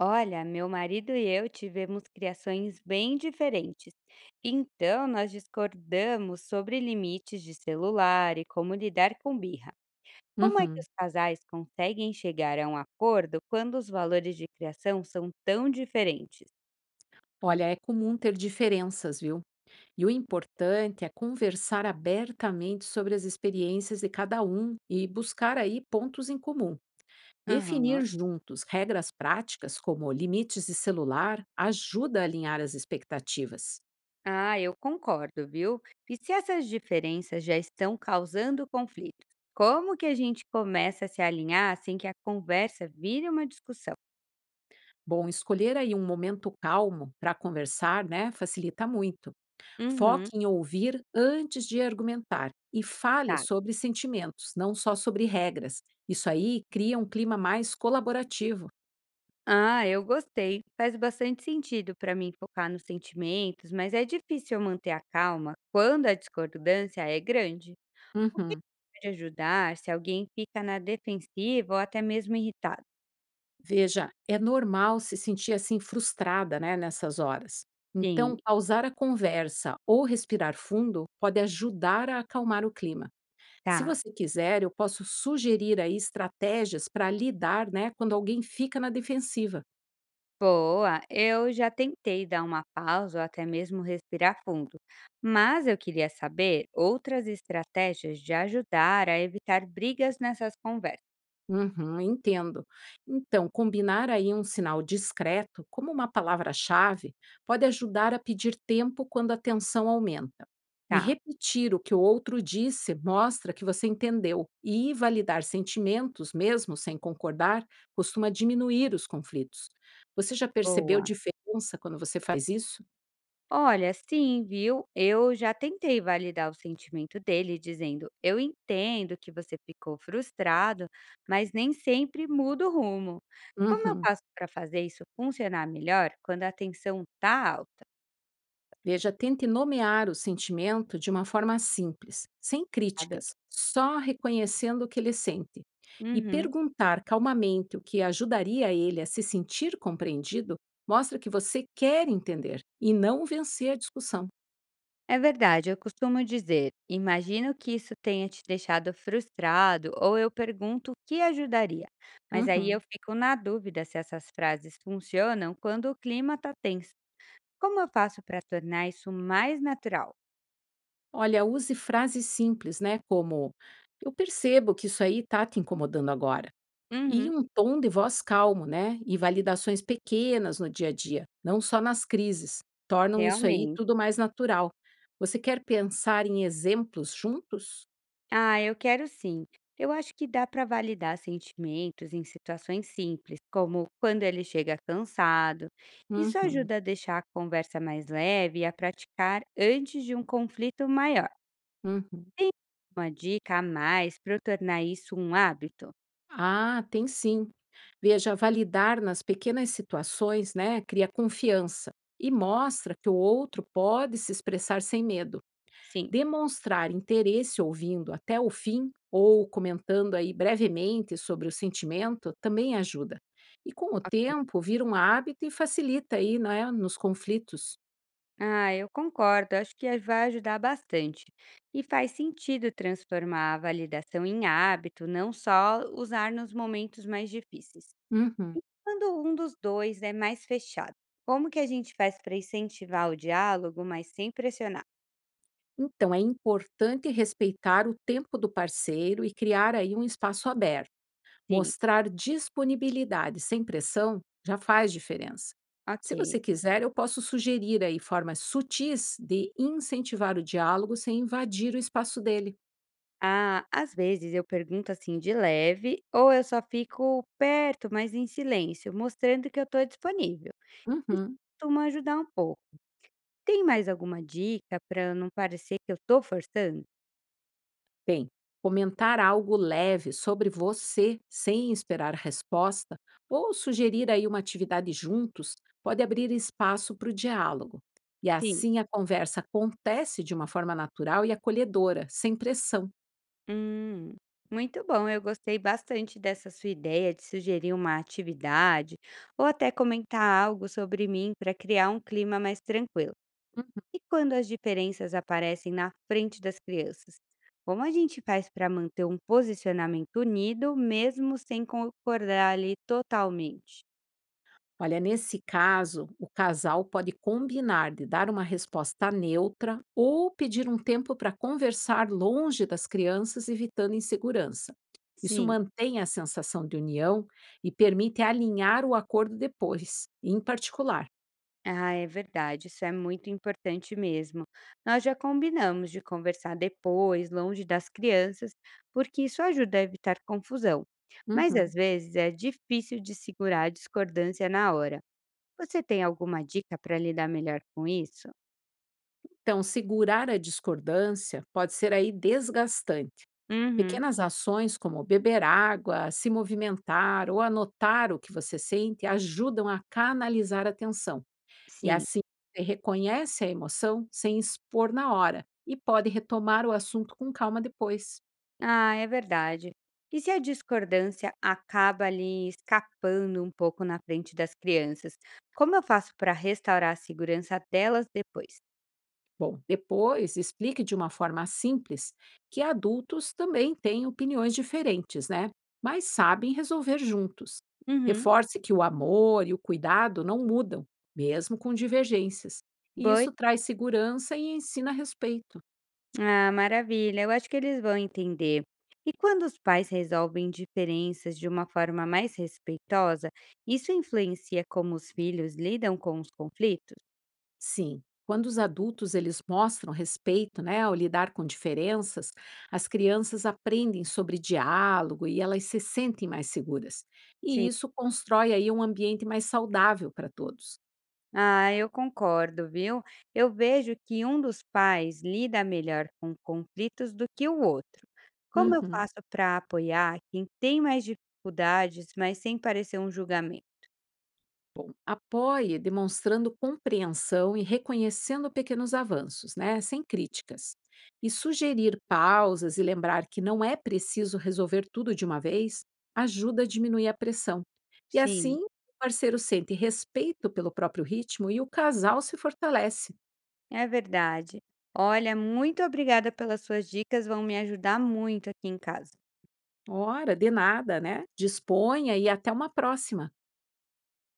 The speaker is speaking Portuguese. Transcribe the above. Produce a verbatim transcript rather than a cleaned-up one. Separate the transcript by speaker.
Speaker 1: Olha, meu marido e eu tivemos criações bem diferentes. Então, nós discordamos sobre limites de celular e como lidar com birra. Como é que os
Speaker 2: Uhum.
Speaker 1: casais conseguem chegar a um acordo quando os valores de criação são tão diferentes?
Speaker 2: Olha, é comum ter diferenças, viu? E o importante é conversar abertamente sobre as experiências de cada um e buscar aí pontos em comum.
Speaker 1: Aham.
Speaker 2: Definir juntos regras práticas, como limites de celular, ajuda a alinhar as expectativas.
Speaker 1: Ah, eu concordo, viu? E se essas diferenças já estão causando conflito? Como que a gente começa a se alinhar sem que a conversa vire uma discussão?
Speaker 2: Bom, escolher aí um momento calmo para conversar, né, facilita muito.
Speaker 1: Uhum.
Speaker 2: Foque em ouvir antes de argumentar e fale
Speaker 1: Tá.
Speaker 2: sobre sentimentos, não só sobre regras. Isso aí cria um clima mais colaborativo.
Speaker 1: Ah, eu gostei. Faz bastante sentido para mim focar nos sentimentos, mas é difícil eu manter a calma quando a discordância é grande. O que
Speaker 2: Uhum.
Speaker 1: pode ajudar se alguém fica na defensiva ou até mesmo irritado?
Speaker 2: Veja, é normal se sentir assim frustrada, né, nessas horas.
Speaker 1: Sim,
Speaker 2: Então, pausar a conversa ou respirar fundo pode ajudar a acalmar o clima. Se
Speaker 1: tá.
Speaker 2: você quiser, eu posso sugerir aí estratégias para lidar, né, quando alguém fica na defensiva.
Speaker 1: Boa, eu já tentei dar uma pausa ou até mesmo respirar fundo, mas eu queria saber outras estratégias de ajudar a evitar brigas nessas conversas.
Speaker 2: Uhum, entendo. Então, combinar aí um sinal discreto, como uma palavra-chave, pode ajudar a pedir tempo quando a tensão aumenta. E
Speaker 1: Tá,
Speaker 2: repetir o que o outro disse mostra que você entendeu, e validar sentimentos, mesmo sem concordar, costuma diminuir os conflitos. Você já percebeu
Speaker 1: boa.
Speaker 2: diferença quando você faz isso?
Speaker 1: Olha, sim, viu? Eu já tentei validar o sentimento dele, dizendo: Eu entendo que você ficou frustrado, mas nem sempre muda o rumo. Como eu
Speaker 2: Uhum.
Speaker 1: faço para fazer isso funcionar melhor quando a tensão tá alta,
Speaker 2: Veja, tente nomear o sentimento de uma forma simples, sem
Speaker 1: sabe?
Speaker 2: críticas, só reconhecendo o que ele sente. E
Speaker 1: Uhum.
Speaker 2: perguntar calmamente o que ajudaria ele a se sentir compreendido mostra que você quer entender e não vencer a discussão.
Speaker 1: É verdade, eu costumo dizer: Imagino que isso tenha te deixado frustrado, ou eu pergunto o que ajudaria. Mas aí eu
Speaker 2: Uhum.
Speaker 1: fico na dúvida se essas frases funcionam quando o clima tá tenso. Como eu faço para tornar isso mais natural?
Speaker 2: Olha, use frases simples, né? Como: eu percebo que isso aí está te incomodando agora. E
Speaker 1: Uhum.
Speaker 2: um tom de voz calmo, né, e validações pequenas no dia a dia, não só nas crises, tornam isso aí
Speaker 1: Realmente.
Speaker 2: tudo mais natural. Você quer pensar em exemplos juntos?
Speaker 1: Ah, eu quero sim. Eu acho que dá para validar sentimentos em situações simples, como quando ele chega cansado. Isso
Speaker 2: Uhum,
Speaker 1: ajuda a deixar a conversa mais leve e a praticar antes de um conflito maior.
Speaker 2: uhum.
Speaker 1: Tem uma dica a mais para eu tornar isso um hábito?
Speaker 2: Ah, tem sim. Veja, validar nas pequenas situações, né, cria confiança e mostra que o outro pode se expressar sem medo.
Speaker 1: Sim,
Speaker 2: Demonstrar interesse ouvindo até o fim ou comentando aí brevemente sobre o sentimento também ajuda. E com o
Speaker 1: ok.
Speaker 2: tempo vira um hábito e facilita aí, né, nos conflitos.
Speaker 1: Ah, eu concordo. Acho que vai ajudar bastante. E faz sentido transformar a validação em hábito, não só usar nos momentos mais difíceis.
Speaker 2: Uhum.
Speaker 1: E quando um dos dois é mais fechado, como que a gente faz para incentivar o diálogo, mas sem pressionar?
Speaker 2: Então é importante respeitar o tempo do parceiro e criar aí um espaço aberto.
Speaker 1: Sim,
Speaker 2: Mostrar disponibilidade sem pressão já faz diferença. Se
Speaker 1: ok.
Speaker 2: você quiser, eu posso sugerir aí formas sutis de incentivar o diálogo sem invadir o espaço dele.
Speaker 1: Ah, às vezes eu pergunto assim de leve, ou eu só fico perto, mas em silêncio, mostrando que eu estou disponível.
Speaker 2: Uhum.
Speaker 1: Costuma ajudar um pouco. Tem mais alguma dica para não parecer que eu estou forçando?
Speaker 2: Bem, comentar algo leve sobre você sem esperar resposta ou sugerir aí uma atividade juntos pode abrir espaço para o diálogo. E
Speaker 1: Sim.
Speaker 2: assim a conversa acontece de uma forma natural e acolhedora, sem pressão.
Speaker 1: Hum, muito bom. Eu gostei bastante dessa sua ideia de sugerir uma atividade ou até comentar algo sobre mim para criar um clima mais tranquilo. E quando as diferenças aparecem na frente das crianças? Como a gente faz para manter um posicionamento unido, mesmo sem concordar ali totalmente?
Speaker 2: Olha, nesse caso, o casal pode combinar de dar uma resposta neutra ou pedir um tempo para conversar longe das crianças, evitando insegurança. Isso
Speaker 1: Sim.
Speaker 2: mantém a sensação de união e permite alinhar o acordo depois, em particular.
Speaker 1: Ah, é verdade, isso é muito importante mesmo. Nós já combinamos de conversar depois, longe das crianças, porque isso ajuda a evitar confusão. Mas às
Speaker 2: Uhum.
Speaker 1: vezes é difícil de segurar a discordância na hora. Você tem alguma dica para lidar melhor com isso?
Speaker 2: Então, segurar a discordância pode ser aí desgastante.
Speaker 1: Uhum,
Speaker 2: Pequenas ações como beber água, se movimentar ou anotar o que você sente ajudam a canalizar a tensão. E
Speaker 1: sim.
Speaker 2: assim você reconhece a emoção sem expor na hora e pode retomar o assunto com calma depois.
Speaker 1: Ah, é verdade. E se a discordância acaba ali escapando um pouco na frente das crianças? Como eu faço para restaurar a segurança delas depois?
Speaker 2: Bom, depois explique de uma forma simples que adultos também têm opiniões diferentes, né? Mas sabem resolver juntos.
Speaker 1: Uhum.
Speaker 2: Reforce que o amor e o cuidado não mudam, mesmo com divergências. E
Speaker 1: Boa.
Speaker 2: isso traz segurança e ensina respeito.
Speaker 1: Ah, maravilha. Eu acho que eles vão entender. E quando os pais resolvem diferenças de uma forma mais respeitosa, isso influencia como os filhos lidam com os conflitos?
Speaker 2: Sim, quando os adultos eles mostram respeito, né, ao lidar com diferenças, as crianças aprendem sobre diálogo e elas se sentem mais seguras. E
Speaker 1: Sim.
Speaker 2: isso constrói aí um ambiente mais saudável para todos.
Speaker 1: Ah, eu concordo, viu? Eu vejo que um dos pais lida melhor com conflitos do que o outro. Como eu
Speaker 2: Uhum.
Speaker 1: faço para apoiar quem tem mais dificuldades, mas sem parecer um julgamento?
Speaker 2: Bom, apoie demonstrando compreensão e reconhecendo pequenos avanços, né, sem críticas. E sugerir pausas e lembrar que não é preciso resolver tudo de uma vez ajuda a diminuir a pressão. E
Speaker 1: Sim.
Speaker 2: assim, o parceiro sente respeito pelo próprio ritmo e o casal se fortalece.
Speaker 1: É verdade. Olha, muito obrigada pelas suas dicas, vão me ajudar muito aqui em casa.
Speaker 2: Ora, de nada, né? Disponha e até uma próxima.